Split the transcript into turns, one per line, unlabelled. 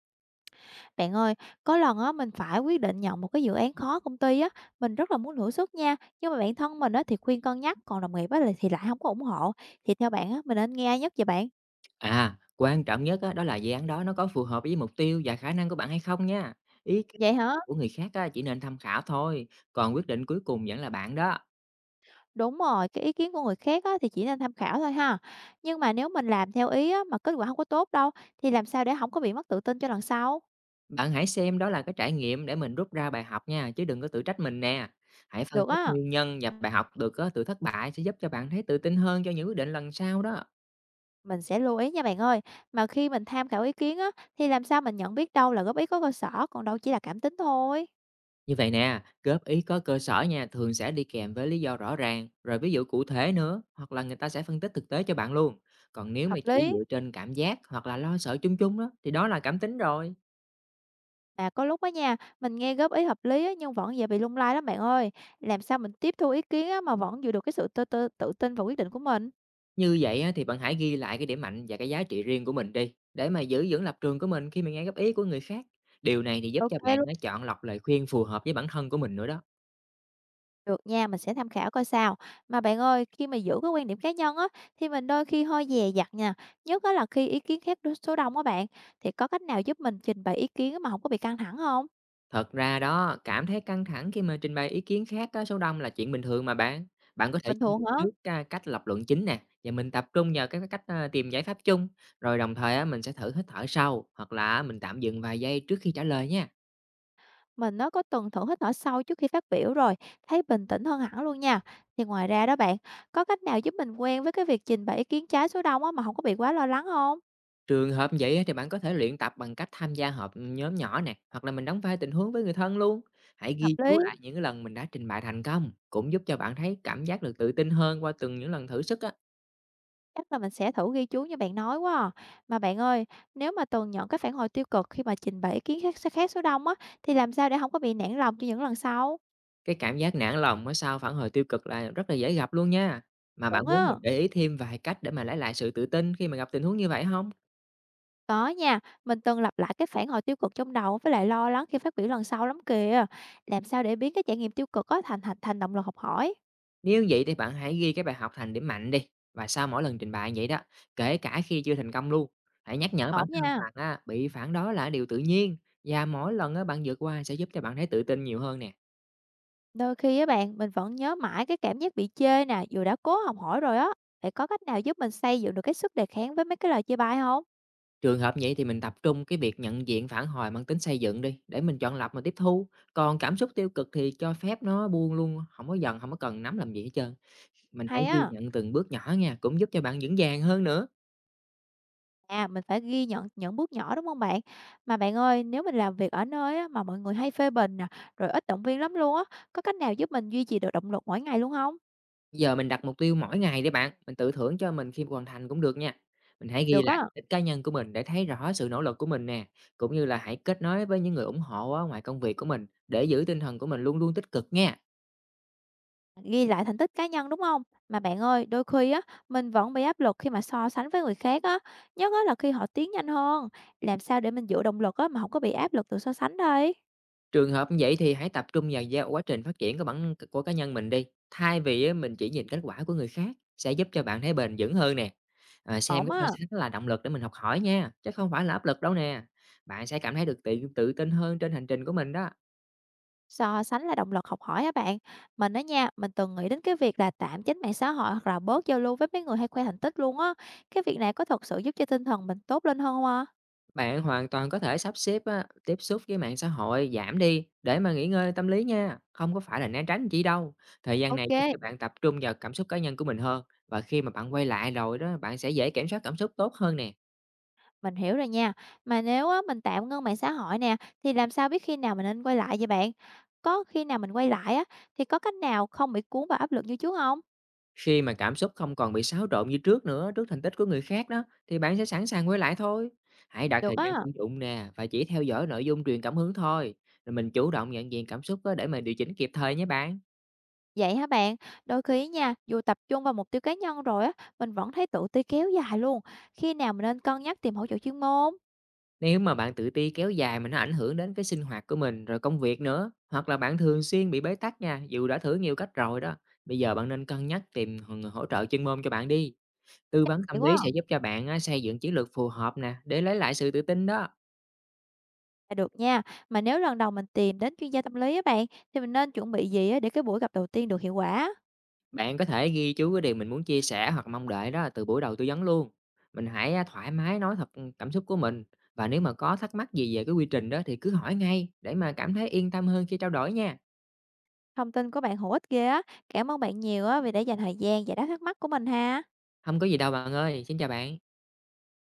Bạn ơi, có lần á mình phải quyết định nhận một cái dự án khó công ty á, mình rất là muốn thử sức nha, nhưng mà bản thân mình á thì khuyên cân nhắc, còn đồng nghiệp á thì lại không có ủng hộ. Thì theo bạn á, mình nên nghe ai nhất vậy bạn?
À, quan trọng nhất á, đó là dự án đó nó có phù hợp với mục tiêu và khả năng của bạn hay không nha. Ý kiến
Vậy hả?
của người khác á, chỉ nên tham khảo thôi, còn quyết định cuối cùng vẫn là bạn đó.
Đúng rồi, cái ý kiến của người khác á thì chỉ nên tham khảo thôi ha. Nhưng mà nếu mình làm theo ý á mà kết quả không có tốt đâu thì làm sao để không có bị mất tự tin cho lần sau?
Bạn hãy xem đó là cái trải nghiệm để mình rút ra bài học nha, chứ đừng có tự trách mình nè. Hãy phân
Được
tích
á,
nguyên nhân và bài học được á, từ thất bại sẽ giúp cho bạn thấy tự tin hơn cho những quyết định lần sau đó.
mình sẽ lưu ý nha bạn ơi. Mà khi mình tham khảo ý kiến á thì làm sao mình nhận biết đâu là góp ý có cơ sở, còn đâu chỉ là cảm tính thôi.
Như vậy nè, góp ý có cơ sở nha, thường sẽ đi kèm với lý do rõ ràng, rồi ví dụ cụ thể nữa, hoặc là người ta sẽ phân tích thực tế cho bạn luôn. Còn nếu mà
Hợp
chỉ
lý.
dựa trên cảm giác hoặc là lo sợ chung chung đó, thì đó là cảm tính rồi.
Mà có lúc á nha, mình nghe góp ý hợp lý á, nhưng vẫn dễ bị lung lay lắm bạn ơi. Làm sao mình tiếp thu ý kiến á, mà vẫn giữ được cái sự tư tư tự tin vào quyết định của mình?
Như vậy á, thì bạn hãy ghi lại cái điểm mạnh và cái giá trị riêng của mình đi, để mà giữ vững lập trường của mình khi mà nghe góp ý của người khác. Điều này thì giúp
Ok
cho bạn
luôn.
á, chọn lọc lời khuyên phù hợp với bản thân của mình nữa đó.
Được nha, mình sẽ tham khảo coi sao. Mà bạn ơi, khi mà giữ cái quan điểm cá nhân á, thì mình đôi khi hơi dè dặt nha. Nhất á là khi ý kiến khác số đông á bạn, thì có cách nào giúp mình trình bày ý kiến mà không có bị căng thẳng không?
Thật ra đó, cảm thấy căng thẳng khi mà trình bày ý kiến khác á, số đông là chuyện bình thường mà bạn. Bạn có thể
Bình
chuẩn
thường
bị
hả?
trước cách lập luận chính nè, và mình tập trung vào các cái cách tìm giải pháp chung. Rồi đồng thời á, mình sẽ thử hít thở sâu, hoặc là mình tạm dừng vài giây trước khi trả lời nha.
Mình nó có tuần thử hít thở sâu trước khi phát biểu rồi, thấy bình tĩnh hơn hẳn luôn nha. Thì ngoài ra đó bạn, có cách nào giúp mình quen với cái việc trình bày ý kiến trái số đông á mà không có bị quá lo lắng không?
Trường hợp vậy á, thì bạn có thể luyện tập bằng cách tham gia họp nhóm nhỏ nè, hoặc là mình đóng vai tình huống với người thân luôn. Hãy
Hợp
ghi
lý,
chú lại những cái lần mình đã trình bày thành công, cũng giúp cho bạn thấy cảm giác được tự tin hơn qua từng những lần thử sức á.
chắc là mình sẽ thử ghi chú như bạn nói quá à. Mà bạn ơi, nếu mà từng nhận cái phản hồi tiêu cực khi mà trình bày ý kiến khác số đông á, thì làm sao để không có bị nản lòng cho những lần sau?
Cái cảm giác nản lòng á sau phản hồi tiêu cực là rất là dễ gặp luôn nha. Mà
Chuẩn
bạn
á.
muốn mình để ý thêm vài cách để mà lấy lại sự tự tin khi mà gặp tình huống như vậy không?
Có nha, mình từng lặp lại cái phản hồi tiêu cực trong đầu với lại lo lắng khi phát biểu lần sau lắm kìa. Làm sao để biến cái trải nghiệm tiêu cực á thành thành thành động lực học hỏi?
Nếu vậy thì bạn hãy ghi cái bài học thành điểm mạnh đi, và sau mỗi lần trình bày vậy đó, kể cả khi chưa thành công luôn, hãy nhắc nhở bản
Ổn
thân
nha.
rằng á, bị phản đó là điều tự nhiên, và mỗi lần á bạn vượt qua sẽ giúp cho bạn thấy tự tin nhiều hơn nè.
Đôi khi á bạn, mình vẫn nhớ mãi cái cảm giác bị chê nè, dù đã cố học hỏi rồi á. Vậy có cách nào giúp mình xây dựng được cái sức đề kháng với mấy cái lời chê bai không?
Trường hợp vậy thì mình tập trung cái việc nhận diện phản hồi mang tính xây dựng đi, để mình chọn lọc mà tiếp thu, còn cảm xúc tiêu cực thì cho phép nó buông luôn, không có cần nắm làm gì hết trơn. Mình hãy
Hay
ghi
á,
nhận từng bước nhỏ nha, cũng giúp cho bạn vững vàng hơn nữa.
à, mình phải ghi nhận những bước nhỏ, đúng không bạn? Mà bạn ơi, nếu mình làm việc ở nơi á mà mọi người hay phê bình nè, rồi ít động viên lắm luôn á, có cách nào giúp mình duy trì được động lực mỗi ngày luôn không?
Giờ mình đặt mục tiêu mỗi ngày đi bạn, mình tự thưởng cho mình khi hoàn thành cũng được nha. Mình hãy ghi
Được
lại
á,
tích cá nhân của mình để thấy rõ sự nỗ lực của mình nè, cũng như là hãy kết nối với những người ủng hộ á, ngoài công việc của mình để giữ tinh thần của mình luôn luôn tích cực nha.
ghi lại thành tích cá nhân, đúng không? Mà bạn ơi, đôi khi á, mình vẫn bị áp lực khi mà so sánh với người khác á, nhất á là khi họ tiến nhanh hơn. Làm sao để mình giữ động lực á mà không có bị áp lực từ so sánh đây?
Trường hợp như vậy thì hãy tập trung vào quá trình phát triển của bản của cá nhân mình đi, thay vì á, mình chỉ nhìn kết quả của người khác, sẽ giúp cho bạn thấy bền vững hơn nè. À, xem
Ổn
cái
á,
so sánh là động lực để mình học hỏi nha, chứ không phải là áp lực đâu nè. Bạn sẽ cảm thấy được tự tự tin hơn trên hành trình của mình đó.
so sánh là động lực học hỏi hả bạn? Mình á nha, mình từng nghĩ đến cái việc là tạm tránh mạng xã hội hoặc là bớt giao lưu với mấy người hay khoe thành tích luôn á. Cái việc này có thật sự giúp cho tinh thần mình tốt lên hơn không ạ?
Bạn hoàn toàn có thể sắp xếp á, tiếp xúc với mạng xã hội giảm đi để mà nghỉ ngơi tâm lý nha, không có phải là né tránh chi đâu. Thời gian này
Ok,
giúp cho bạn tập trung vào cảm xúc cá nhân của mình hơn, và khi mà bạn quay lại rồi đó, bạn sẽ dễ kiểm soát cảm xúc tốt hơn nè.
mình hiểu rồi nha. Mà nếu á, mình tạm ngưng mạng xã hội nè, thì làm sao biết khi nào mình nên quay lại vậy bạn? Có khi nào mình quay lại á, thì có cách nào không bị cuốn vào áp lực như trước không?
Khi mà cảm xúc không còn bị xáo trộn như trước nữa trước thành tích của người khác đó, thì bạn sẽ sẵn sàng quay lại thôi. Hãy đặt
Được
thời gian
á.
sử dụng nè, và chỉ theo dõi nội dung truyền cảm hứng thôi. Rồi mình chủ động nhận diện cảm xúc á, để mà điều chỉnh kịp thời nhé bạn.
Vậy hả bạn? Đôi khi nha, dù tập trung vào mục tiêu cá nhân rồi á, mình vẫn thấy tự ti kéo dài luôn. Khi nào mình nên cân nhắc tìm hỗ trợ chuyên môn?
Nếu mà bạn tự ti kéo dài mà nó ảnh hưởng đến cái sinh hoạt của mình rồi công việc nữa, hoặc là bạn thường xuyên bị bế tắc nha, dù đã thử nhiều cách rồi đó. Bây giờ bạn nên cân nhắc tìm người hỗ trợ chuyên môn cho bạn đi. Tư vấn
Vậy
tâm lý
quá à,
sẽ giúp cho bạn á, xây dựng chiến lược phù hợp nè để lấy lại sự tự tin đó.
là được nha. Mà nếu lần đầu mình tìm đến chuyên gia tâm lý á bạn, thì mình nên chuẩn bị gì á để cái buổi gặp đầu tiên được hiệu quả?
Bạn có thể ghi chú cái điều mình muốn chia sẻ hoặc mong đợi đó từ buổi đầu tư vấn luôn. Mình hãy thoải mái nói thật cảm xúc của mình, và nếu mà có thắc mắc gì về cái quy trình đó thì cứ hỏi ngay để mà cảm thấy yên tâm hơn khi trao đổi nha.
Thông tin của bạn hữu ích ghê á. Cảm ơn bạn nhiều á vì đã dành thời gian giải đáp thắc mắc của mình ha.
Không có gì đâu bạn ơi, xin chào bạn.